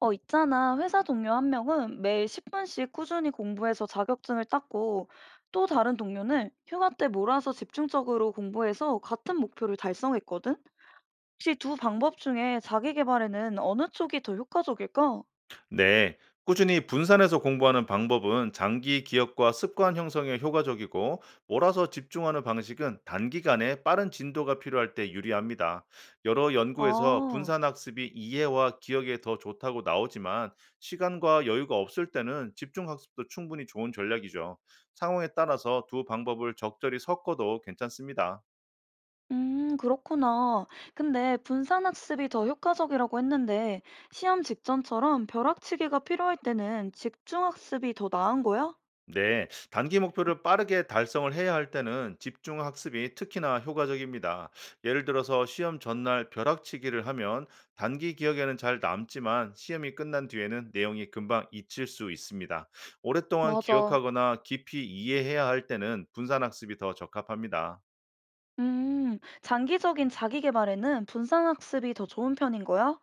있잖아. 회사 동료 한 명은 매일 10분씩 꾸준히 공부해서 자격증을 땄고, 또 다른 동료는 휴가 때 몰아서 집중적으로 공부해서 같은 목표를 달성했거든? 혹시 두 방법 중에 자기 개발에는 어느 쪽이 더 효과적일까? 네, 꾸준히 분산해서 공부하는 방법은 장기 기억과 습관 형성에 효과적이고 몰아서 집중하는 방식은 단기간에 빠른 진도가 필요할 때 유리합니다. 여러 연구에서 아, 분산 학습이 이해와 기억에 더 좋다고 나오지만 시간과 여유가 없을 때는 집중 학습도 충분히 좋은 전략이죠. 상황에 따라서 두 방법을 적절히 섞어도 괜찮습니다. 그렇구나. 근데 분산학습이 더 효과적이라고 했는데, 시험 직전처럼 벼락치기가 필요할 때는 집중학습이 더 나은 거야? 네, 단기 목표를 빠르게 달성을 해야 할 때는 집중 학습이 특히나 효과적입니다. 예를 들어서 시험 전날 벼락치기를 하면 단기 기억에는 잘 남지만 시험이 끝난 뒤에는 내용이 금방 잊힐 수 있습니다. 오랫동안 맞아. 기억하거나 깊이 이해해야 할 때는 분산 학습이 더 적합합니다. 장기적인 자기 개발에는 분산 학습이 더 좋은 편인 거야?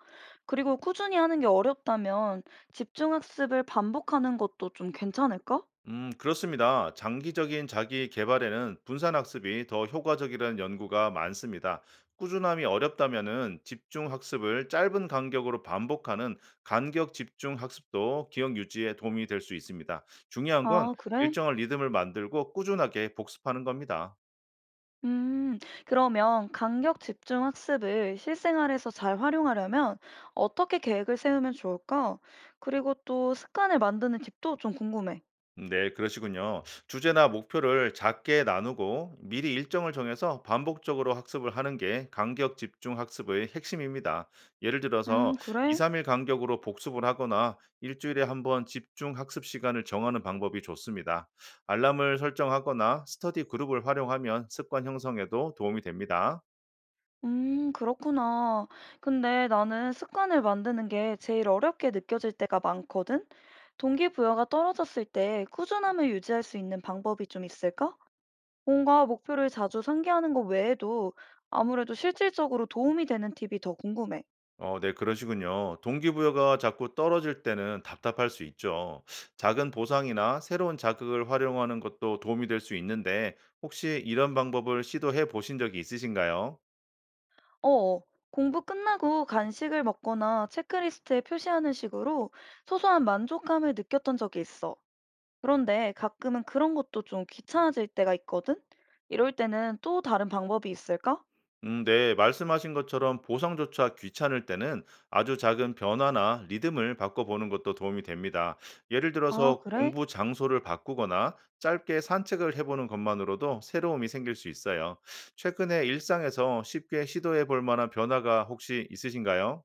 그리고 꾸준히 하는 게 어렵다면 집중 학습을 반복하는 것도 좀 괜찮을까? 그렇습니다. 장기적인 자기 개발에는 분산 학습이 더 효과적이라는 연구가 많습니다. 꾸준함이 어렵다면은 집중 학습을 짧은 간격으로 반복하는 간격 집중 학습도 기억 유지에 도움이 될 수 있습니다. 중요한 건 아, 그래? 일정한 리듬을 만들고 꾸준하게 복습하는 겁니다. 음, 그러면 간격 집중 학습을 실생활에서 잘 활용하려면 어떻게 계획을 세우면 좋을까? 그리고 또 습관을 만드는 팁도 좀 궁금해. 네, 그러시군요. 주제나 목표를 작게 나누고 미리 일정을 정해서 반복적으로 학습을 하는 게 간격 집중 학습의 핵심입니다. 예를 들어서 2, 그래? 3일 간격으로 복습을 하거나 일주일에 한번 집중 학습 시간을 정하는 방법이 좋습니다. 알람을 설정하거나 스터디 그룹을 활용하면 습관 형성에도 도움이 됩니다. 그렇구나. 근데 나는 습관을 만드는 게 제일 어렵게 느껴질 때가 많거든? 동기부여가 떨어졌을 때 꾸준함을 유지할 수 있는 방법이 좀 있을까? 뭔가 목표를 자주 상기하는 것 외에도 아무래도 실질적으로 도움이 되는 팁이 더 궁금해. 네, 그러시군요. 동기부여가 자꾸 떨어질 때는 답답할 수 있죠. 작은 보상이나 새로운 자극을 활용하는 것도 도움이 될 수 있는데, 혹시 이런 방법을 시도해 보신 적이 있으신가요? 어, 공부 끝나고 간식을 먹거나 체크리스트에 표시하는 식으로 소소한 만족감을 느꼈던 적이 있어. 그런데 가끔은 그런 것도 좀 귀찮아질 때가 있거든? 이럴 때는 또 다른 방법이 있을까? 네, 말씀하신 것처럼 보상조차 귀찮을 때는 아주 작은 변화나 리듬을 바꿔보는 것도 도움이 됩니다. 예를 아, 들어서 그래? 공부 장소를 바꾸거나 짧게 산책을 해보는 것만으로도 새로움이 생길 수 있어요. 최근에 일상에서 쉽게 시도해 볼 만한 변화가 혹시 있으신가요?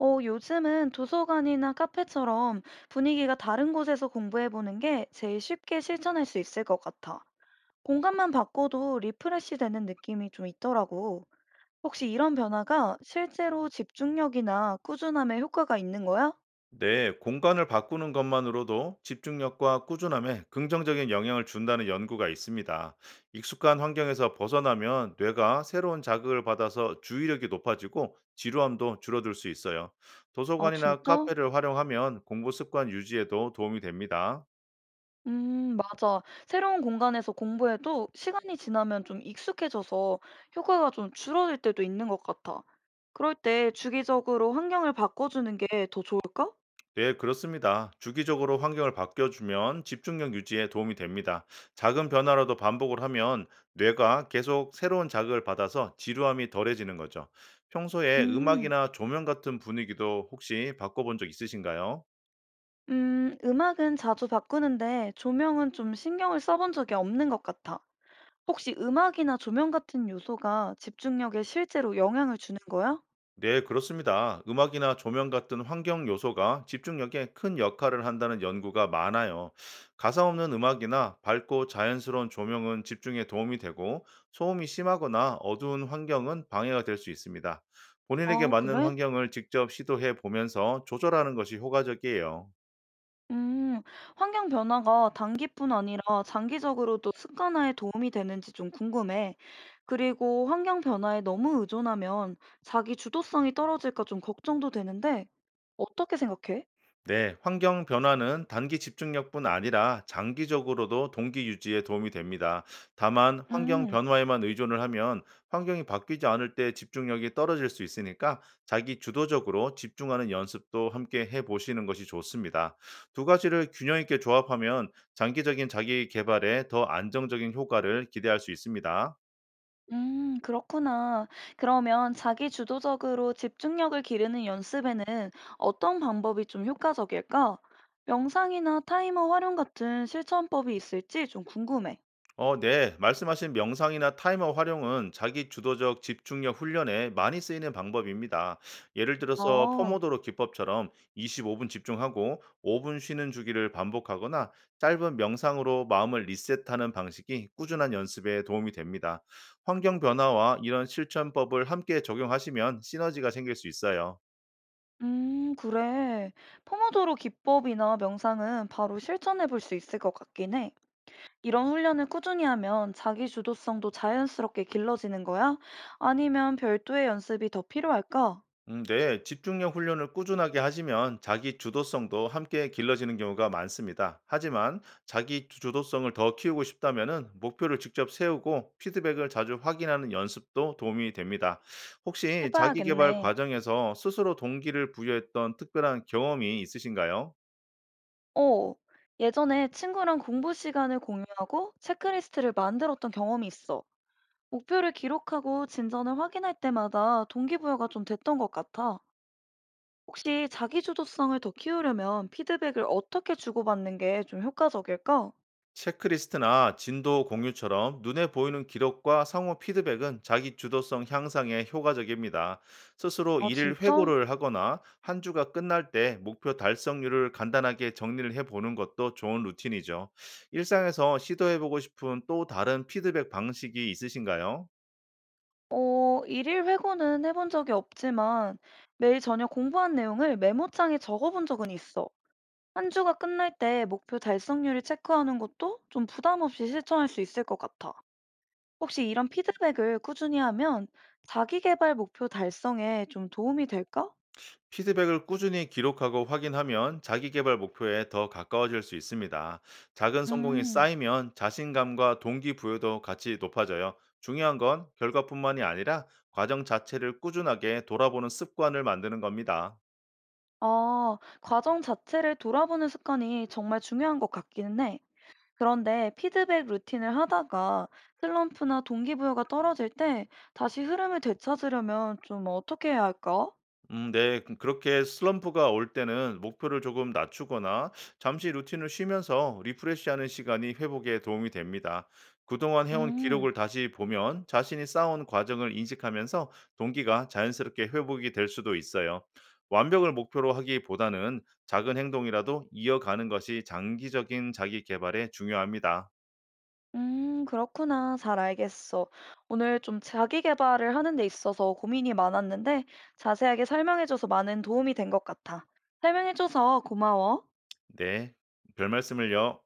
요즘은 도서관이나 카페처럼 분위기가 다른 곳에서 공부해보는 게 제일 쉽게 실천할 수 있을 것 같아. 공간만 바꿔도 리프레시 되는 느낌이 좀 있더라고. 혹시 이런 변화가 실제로 집중력이나 꾸준함에 효과가 있는 거야? 네, 공간을 바꾸는 것만으로도 집중력과 꾸준함에 긍정적인 영향을 준다는 연구가 있습니다. 익숙한 환경에서 벗어나면 뇌가 새로운 자극을 받아서 주의력이 높아지고 지루함도 줄어들 수 있어요. 아, 도서관이나 진짜? 카페를 활용하면 공부 습관 유지에도 도움이 됩니다. 맞아. 새로운 공간에서 공부해도 시간이 지나면 좀 익숙해져서 효과가 좀 줄어들 때도 있는 것 같아. 그럴 때 주기적으로 환경을 바꿔주는 게 더 좋을까? 네, 그렇습니다. 주기적으로 환경을 바뀌어주면 집중력 유지에 도움이 됩니다. 작은 변화라도 반복을 하면 뇌가 계속 새로운 자극을 받아서 지루함이 덜해지는 거죠. 평소에 음, 음악이나 조명 같은 분위기도 혹시 바꿔본 적 있으신가요? 음악은 자주 바꾸는데 조명은 좀 신경을 써본 적이 없는 것 같아. 혹시 음악이나 조명 같은 요소가 집중력에 실제로 영향을 주는 거야? 네, 그렇습니다. 음악이나 조명 같은 환경 요소가 집중력에 큰 역할을 한다는 연구가 많아요. 가사 없는 음악이나 밝고 자연스러운 조명은 집중에 도움이 되고, 소음이 심하거나 어두운 환경은 방해가 될 수 있습니다. 본인에게 아, 맞는 그래? 환경을 직접 시도해 보면서 조절하는 것이 효과적이에요. 음, 환경 변화가 단기뿐 아니라 장기적으로도 습관화에 도움이 되는지 좀 궁금해. 그리고 환경 변화에 너무 의존하면 자기 주도성이 떨어질까 좀 걱정도 되는데, 어떻게 생각해? 네, 환경 변화는 단기 집중력뿐 아니라 장기적으로도 동기 유지에 도움이 됩니다. 다만 환경 음, 변화에만 의존을 하면 환경이 바뀌지 않을 때 집중력이 떨어질 수 있으니까 자기 주도적으로 집중하는 연습도 함께 해 보시는 것이 좋습니다. 두 가지를 균형 있게 조합하면 장기적인 자기 개발에 더 안정적인 효과를 기대할 수 있습니다. 그렇구나. 그러면 자기 주도적으로 집중력을 기르는 연습에는 어떤 방법이 좀 효과적일까? 명상이나 타이머 활용 같은 실천법이 있을지 좀 궁금해. 네. 말씀하신 명상이나 타이머 활용은 자기 주도적 집중력 훈련에 많이 쓰이는 방법입니다. 예를 들어서 어. 포모도로 기법처럼 25분 집중하고 5분 쉬는 주기를 반복하거나 짧은 명상으로 마음을 리셋하는 방식이 꾸준한 연습에 도움이 됩니다. 환경 변화와 이런 실천법을 함께 적용하시면 시너지가 생길 수 있어요. 그래. 포모도로 기법이나 명상은 바로 실천해 볼 수 있을 것 같긴 해. 이런 훈련을 꾸준히 하면 자기 주도성도 자연스럽게 길러지는 거야? 아니면 별도의 연습이 더 필요할까? 네, 집중력 훈련을 꾸준하게 하시면 자기 주도성도 함께 길러지는 경우가 많습니다. 하지만 주도성을 더 키우고 싶다면은 목표를 직접 세우고 피드백을 자주 확인하는 연습도 도움이 됩니다. 혹시 자기 개발 해봐야겠네. 과정에서 스스로 동기를 부여했던 특별한 경험이 있으신가요? 어, 예전에 친구랑 공부 시간을 공유하고 체크리스트를 만들었던 경험이 있어. 목표를 기록하고 진전을 확인할 때마다 동기부여가 좀 됐던 것 같아. 혹시 자기주도성을 더 키우려면 피드백을 어떻게 주고받는 게 좀 효과적일까? 체크리스트나 진도 공유처럼 눈에 보이는 기록과 상호 피드백은 자기 주도성 향상에 효과적입니다. 스스로 아, 일일 진짜? 회고를 하거나 한 주가 끝날 때 목표 달성률을 간단하게 정리를 해보는 것도 좋은 루틴이죠. 일상에서 시도해보고 싶은 또 다른 피드백 방식이 있으신가요? 일일 회고는 해본 적이 없지만 매일 저녁 공부한 내용을 메모장에 적어본 적은 있어. 한 주가 끝날 때 목표 달성률을 체크하는 것도 좀 부담 없이 실천할 수 있을 것 같아. 혹시 이런 피드백을 꾸준히 하면 자기 개발 목표 달성에 좀 도움이 될까? 피드백을 꾸준히 기록하고 확인하면 자기 개발 목표에 더 가까워질 수 있습니다. 작은 성공이 음, 쌓이면 자신감과 동기부여도 같이 높아져요. 중요한 건 결과뿐만이 아니라 과정 자체를 꾸준하게 돌아보는 습관을 만드는 겁니다. 아, 과정 자체를 돌아보는 습관이 정말 중요한 것 같기는 해. 그런데 피드백 루틴을 하다가 슬럼프나 동기부여가 떨어질 때 다시 흐름을 되찾으려면 좀 어떻게 해야 할까? 음, 네. 그렇게 슬럼프가 올 때는 목표를 조금 낮추거나 잠시 루틴을 쉬면서 리프레시하는 시간이 회복에 도움이 됩니다. 그동안 해온 음, 기록을 다시 보면 자신이 쌓아온 과정을 인식하면서 동기가 자연스럽게 회복이 될 수도 있어요. 완벽을 목표로 하기보다는 작은 행동이라도 이어가는 것이 장기적인 자기 개발에 중요합니다. 그렇구나. 잘 알겠어. 오늘 좀 자기 개발을 하는 데 있어서 고민이 많았는데 자세하게 설명해줘서 많은 도움이 된 것 같아. 설명해줘서 고마워. 네. 별말씀을요.